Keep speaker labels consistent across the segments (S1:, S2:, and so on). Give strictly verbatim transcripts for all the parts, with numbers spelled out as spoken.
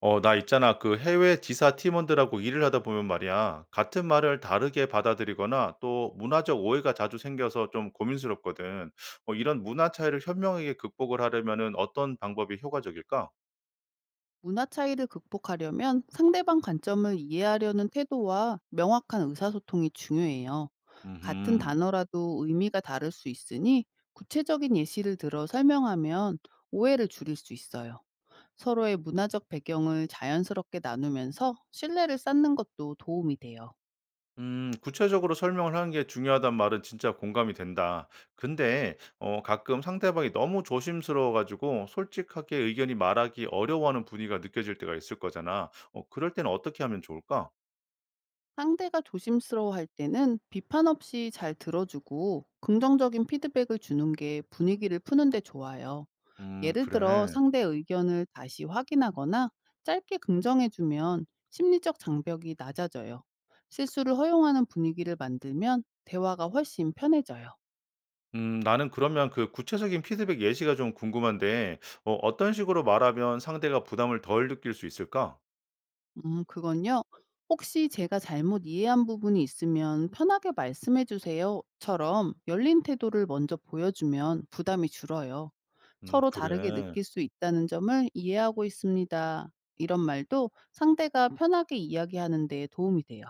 S1: 어, 나 있잖아. 그 해외 지사 팀원들하고 일을 하다 보면 말이야. 같은 말을 다르게 받아들이거나 또 문화적 오해가 자주 생겨서 좀 고민스럽거든. 어, 이런 문화 차이를 현명하게 극복을 하려면은 어떤 방법이 효과적일까?
S2: 문화 차이를 극복하려면 상대방 관점을 이해하려는 태도와 명확한 의사소통이 중요해요. 같은
S1: 음,
S2: 단어라도 의미가 다를 수 있으니 구체적인 예시를 들어 설명하면 오해를 줄일 수 있어요. 서로의 문화적 배경을 자연스럽게 나누면서 신뢰를 쌓는 것도 도움이 돼요.
S1: 음, 구체적으로 설명을 하는 게 중요하단 말은 진짜 공감이 된다. 근데 어, 가끔 상대방이 너무 조심스러워가지고 솔직하게 의견이 말하기 어려워하는 분위기가 느껴질 때가 있을 거잖아. 어, 그럴 때는 어떻게 하면 좋을까?
S2: 상대가 조심스러워할 때는 비판 없이 잘 들어주고 긍정적인 피드백을 주는 게 분위기를 푸는데 좋아요.
S1: 음,
S2: 예를 들어
S1: 그래.
S2: 상대 의견을 다시 확인하거나 짧게 긍정해주면 심리적 장벽이 낮아져요. 실수를 허용하는 분위기를 만들면 대화가 훨씬 편해져요.
S1: 음 나는 그러면 그 구체적인 피드백 예시가 좀 궁금한데 어 어떤 식으로 말하면 상대가 부담을 덜 느낄 수 있을까?
S2: 음, 그건요. 혹시 제가 잘못 이해한 부분이 있으면 편하게 말씀해 주세요.처럼 열린 태도를 먼저 보여주면 부담이 줄어요.
S1: 음
S2: 서로 다르게
S1: 그래.
S2: 느낄 수 있다는 점을 이해하고 있습니다. 이런 말도 상대가 편하게 이야기하는 데 도움이 돼요.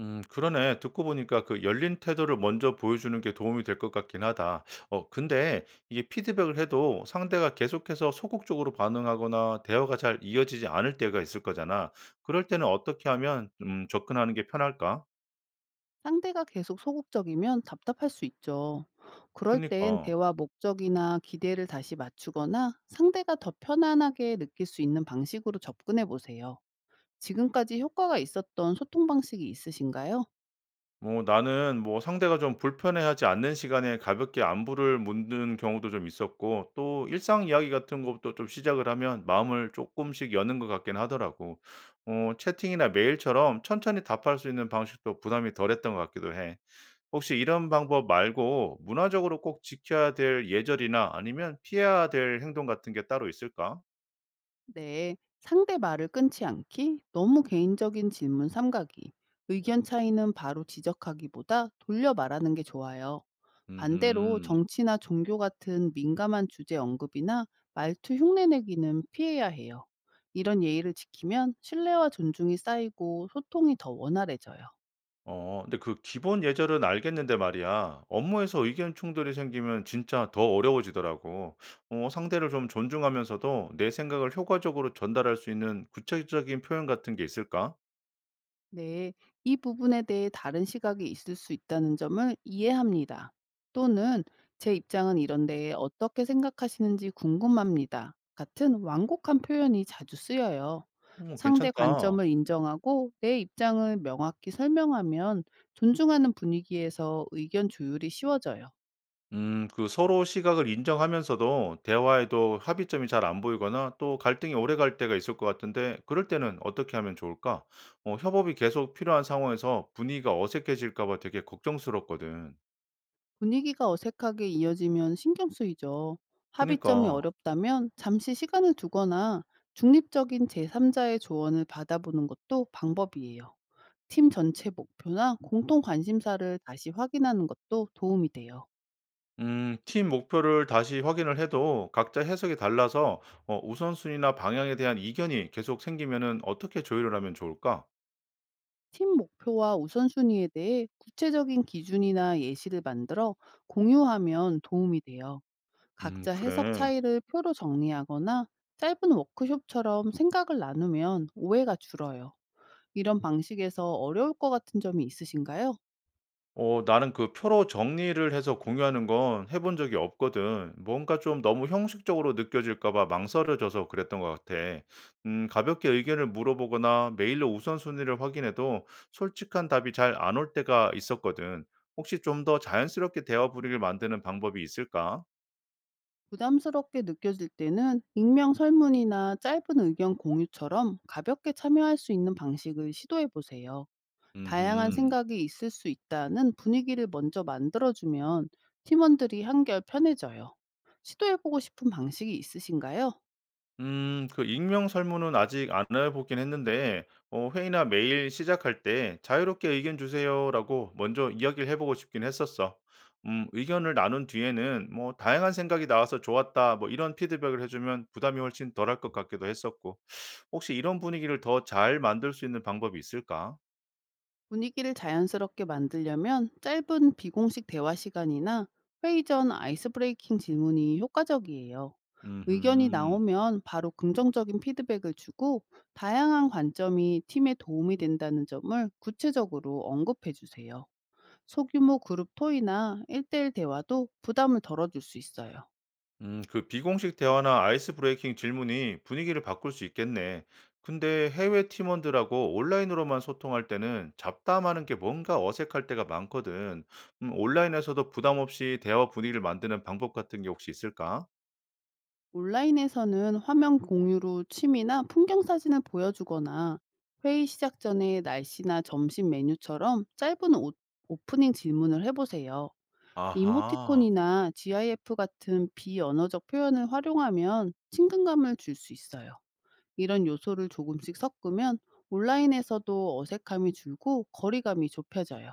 S1: 음 그러네. 듣고 보니까 그 열린 태도를 먼저 보여주는 게 도움이 될 것 같긴 하다. 어 근데 이게 피드백을 해도 상대가 계속해서 소극적으로 반응하거나 대화가 잘 이어지지 않을 때가 있을 거잖아. 그럴 때는 어떻게 하면 음 접근하는 게 편할까?
S2: 상대가 계속 소극적이면 답답할 수 있죠. 그럴 땐
S1: 그니까.
S2: 대화 목적이나 기대를 다시 맞추거나 상대가 더 편안하게 느낄 수 있는 방식으로 접근해 보세요. 지금까지 효과가 있었던 소통 방식이 있으신가요?
S1: 뭐 나는 뭐 상대가 좀 불편해하지 않는 시간에 가볍게 안부를 묻는 경우도 좀 있었고 또 일상 이야기 같은 것도 좀 시작을 하면 마음을 조금씩 여는 것 같긴 하더라고. 어 채팅이나 메일처럼 천천히 답할 수 있는 방식도 부담이 덜했던 것 같기도 해. 혹시 이런 방법 말고 문화적으로 꼭 지켜야 될 예절이나 아니면 피해야 될 행동 같은 게 따로 있을까?
S2: 네, 상대 말을 끊지 않기, 너무 개인적인 질문 삼가기, 의견 차이는 바로 지적하기보다 돌려 말하는 게 좋아요. 반대로
S1: 음흠.
S2: 정치나 종교 같은 민감한 주제 언급이나 말투 흉내내기는 피해야 해요. 이런 예의를 지키면 신뢰와 존중이 쌓이고 소통이 더 원활해져요.
S1: 어 근데 그 기본 예절은 알겠는데 말이야. 업무에서 의견 충돌이 생기면 진짜 더 어려워지더라고. 어 상대를 좀 존중하면서도 내 생각을 효과적으로 전달할 수 있는 구체적인 표현 같은 게 있을까?
S2: 네, 이 부분에 대해 다른 시각이 있을 수 있다는 점을 이해합니다. 또는 제 입장은 이런데 어떻게 생각하시는지 궁금합니다. 같은 완곡한 표현이 자주 쓰여요.
S1: 음,
S2: 상대
S1: 괜찮다.
S2: 관점을 인정하고 내 입장을 명확히 설명하면 존중하는 분위기에서 의견 조율이 쉬워져요.
S1: 음 그 서로 시각을 인정하면서도 대화에도 합의점이 잘 안 보이거나 또 갈등이 오래 갈 때가 있을 것 같은데 그럴 때는 어떻게 하면 좋을까? 어 협업이 계속 필요한 상황에서 분위기가 어색해질까 봐 되게 걱정스럽거든.
S2: 분위기가 어색하게 이어지면 신경 쓰이죠. 합의점이
S1: 그니까.
S2: 어렵다면 잠시 시간을 두거나 중립적인 제삼 자의 조언을 받아보는 것도 방법이에요. 팀 전체 목표나 공통 관심사를 다시 확인하는 것도 도움이 돼요.
S1: 음, 팀 목표를 다시 확인을 해도 각자 해석이 달라서 어, 우선순위나 방향에 대한 이견이 계속 생기면은 어떻게 조율을 하면 좋을까?
S2: 팀 목표와 우선순위에 대해 구체적인 기준이나 예시를 만들어 공유하면 도움이 돼요.
S1: 음,
S2: 각자 해석
S1: 그래.
S2: 차이를 표로 정리하거나 짧은 워크숍처럼 생각을 나누면 오해가 줄어요. 이런 방식에서 어려울 것 같은 점이 있으신가요?
S1: 어, 나는 그 표로 정리를 해서 공유하는 건 해본 적이 없거든. 뭔가 좀 너무 형식적으로 느껴질까 봐 망설여져서 그랬던 것 같아. 음, 가볍게 의견을 물어보거나 메일로 우선순위를 확인해도 솔직한 답이 잘 안 올 때가 있었거든. 혹시 좀 더 자연스럽게 대화 분위기를 만드는 방법이 있을까?
S2: 부담스럽게 느껴질 때는 익명 설문이나 짧은 의견 공유처럼 가볍게 참여할 수 있는 방식을 시도해 보세요. 다양한
S1: 음흠.
S2: 생각이 있을 수 있다는 분위기를 먼저 만들어주면 팀원들이 한결 편해져요. 시도해보고 싶은 방식이 있으신가요?
S1: 음, 그 익명 설문은 아직 안 해보긴 했는데, 어, 회의나 메일 시작할 때 자유롭게 의견 주세요라고 먼저 이야기를 해보고 싶긴 했었어. 음, 의견을 나눈 뒤에는 뭐 다양한 생각이 나와서 좋았다, 뭐 이런 피드백을 해주면 부담이 훨씬 덜할 것 같기도 했었고, 혹시 이런 분위기를 더 잘 만들 수 있는 방법이 있을까?
S2: 분위기를 자연스럽게 만들려면 짧은 비공식 대화 시간이나 회의 전 아이스 브레이킹 질문이 효과적이에요. 의견이
S1: 음
S2: 나오면 바로 긍정적인 피드백을 주고 다양한 관점이 팀에 도움이 된다는 점을 구체적으로 언급해 주세요. 소규모 그룹 토이나 일 대일 대화도 부담을 덜어줄 수 있어요.
S1: 음, 그 비공식 대화나 아이스 브레이킹 질문이 분위기를 바꿀 수 있겠네. 근데 해외 팀원들하고 온라인으로만 소통할 때는 잡담하는 게 뭔가 어색할 때가 많거든. 음, 온라인에서도 부담 없이 대화 분위기를 만드는 방법 같은 게 혹시 있을까?
S2: 온라인에서는 화면 공유로 취미나 풍경 사진을 보여주거나 회의 시작 전에 날씨나 점심 메뉴처럼 짧은 오, 오프닝 질문을 해보세요.
S1: 아하.
S2: 이모티콘이나 GIF 같은 비언어적 표현을 활용하면 친근감을 줄 수 있어요. 이런 요소를 조금씩 섞으면 온라인에서도 어색함이 줄고 거리감이 좁혀져요.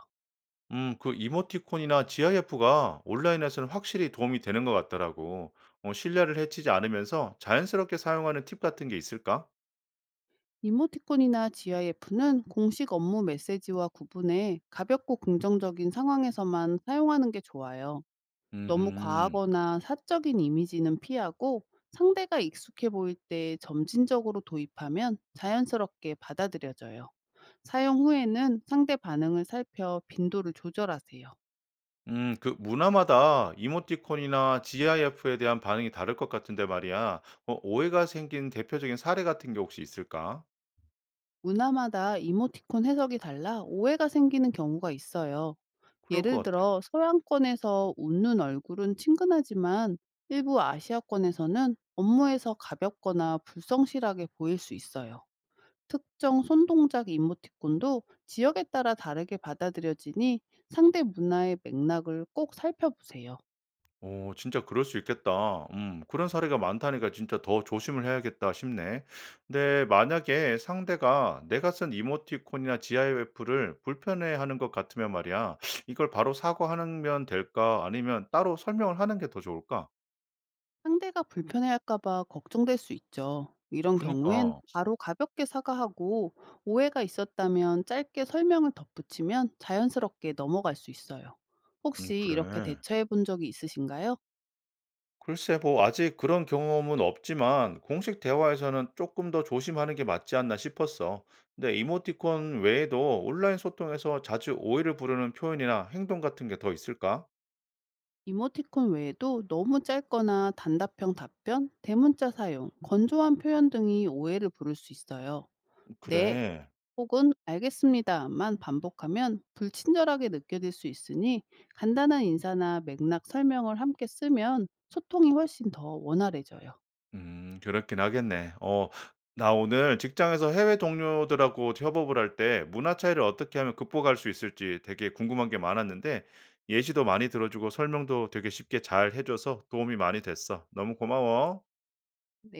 S1: 음, 그 이모티콘이나 지프가 온라인에서는 확실히 도움이 되는 것 같더라고. 어, 신뢰를 해치지 않으면서 자연스럽게 사용하는 팁 같은 게 있을까?
S2: 이모티콘이나 지아이에프는 공식 업무 메시지와 구분해 가볍고 긍정적인 상황에서만 사용하는 게 좋아요. 너무
S1: 음.
S2: 과하거나 사적인 이미지는 피하고 상대가 익숙해 보일 때 점진적으로 도입하면 자연스럽게 받아들여져요. 사용 후에는 상대 반응을 살펴 빈도를 조절하세요.
S1: 음, 그 문화마다 이모티콘이나 지프에 대한 반응이 다를 것 같은데 말이야. 어, 오해가 생긴 대표적인 사례 같은 게 혹시 있을까?
S2: 문화마다 이모티콘 해석이 달라 오해가 생기는 경우가 있어요.
S1: 그럴
S2: 예를
S1: 것 같아.
S2: 들어 서양권에서 웃는 얼굴은 친근하지만 일부 아시아권에서는 업무에서 가볍거나 불성실하게 보일 수 있어요. 특정 손동작 이모티콘도 지역에 따라 다르게 받아들여지니 상대 문화의 맥락을 꼭 살펴보세요.
S1: 오, 진짜 그럴 수 있겠다. 음, 그런 사례가 많다니까 진짜 더 조심을 해야겠다 싶네. 근데 만약에 상대가 내가 쓴 이모티콘이나 지프를 불편해하는 것 같으면 말이야. 이걸 바로 사과하면 될까? 아니면 따로 설명을 하는 게 더 좋을까?
S2: 상대가 불편해할까 봐 걱정될 수 있죠. 이런 경우엔
S1: 그니까,
S2: 바로 가볍게 사과하고 오해가 있었다면 짧게 설명을 덧붙이면 자연스럽게 넘어갈 수 있어요.
S1: 음,
S2: 혹시 이렇게
S1: 그래.
S2: 대처해 본 적이 있으신가요?
S1: 글쎄, 뭐, 아직 그런 경험은 없지만, 공식 대화에서는 조금 더 조심하는 게 맞지 않나 싶었어. 근데 이모티콘 외에도 온라인 소통에서 자주 오해를 부르는 표현이나 행동 같은 게 더 있을까?
S2: 이모티콘 외에도 너무 짧거나 단답형 답변, 대문자 사용, 건조한 표현 등이 오해를 부를 수 있어요. 네,
S1: 그래.
S2: 혹은 알겠습니다만 반복하면 불친절하게 느껴질 수 있으니 간단한 인사나 맥락 설명을 함께 쓰면 소통이 훨씬 더 원활해져요.
S1: 음, 그렇긴 하겠네. 어, 나 오늘 직장에서 해외 동료들하고 협업을 할 때 문화 차이를 어떻게 하면 극복할 수 있을지 되게 궁금한 게 많았는데, 예시도 많이 들어주고 설명도 되게 쉽게 잘 해줘서 도움이 많이 됐어. 너무 고마워.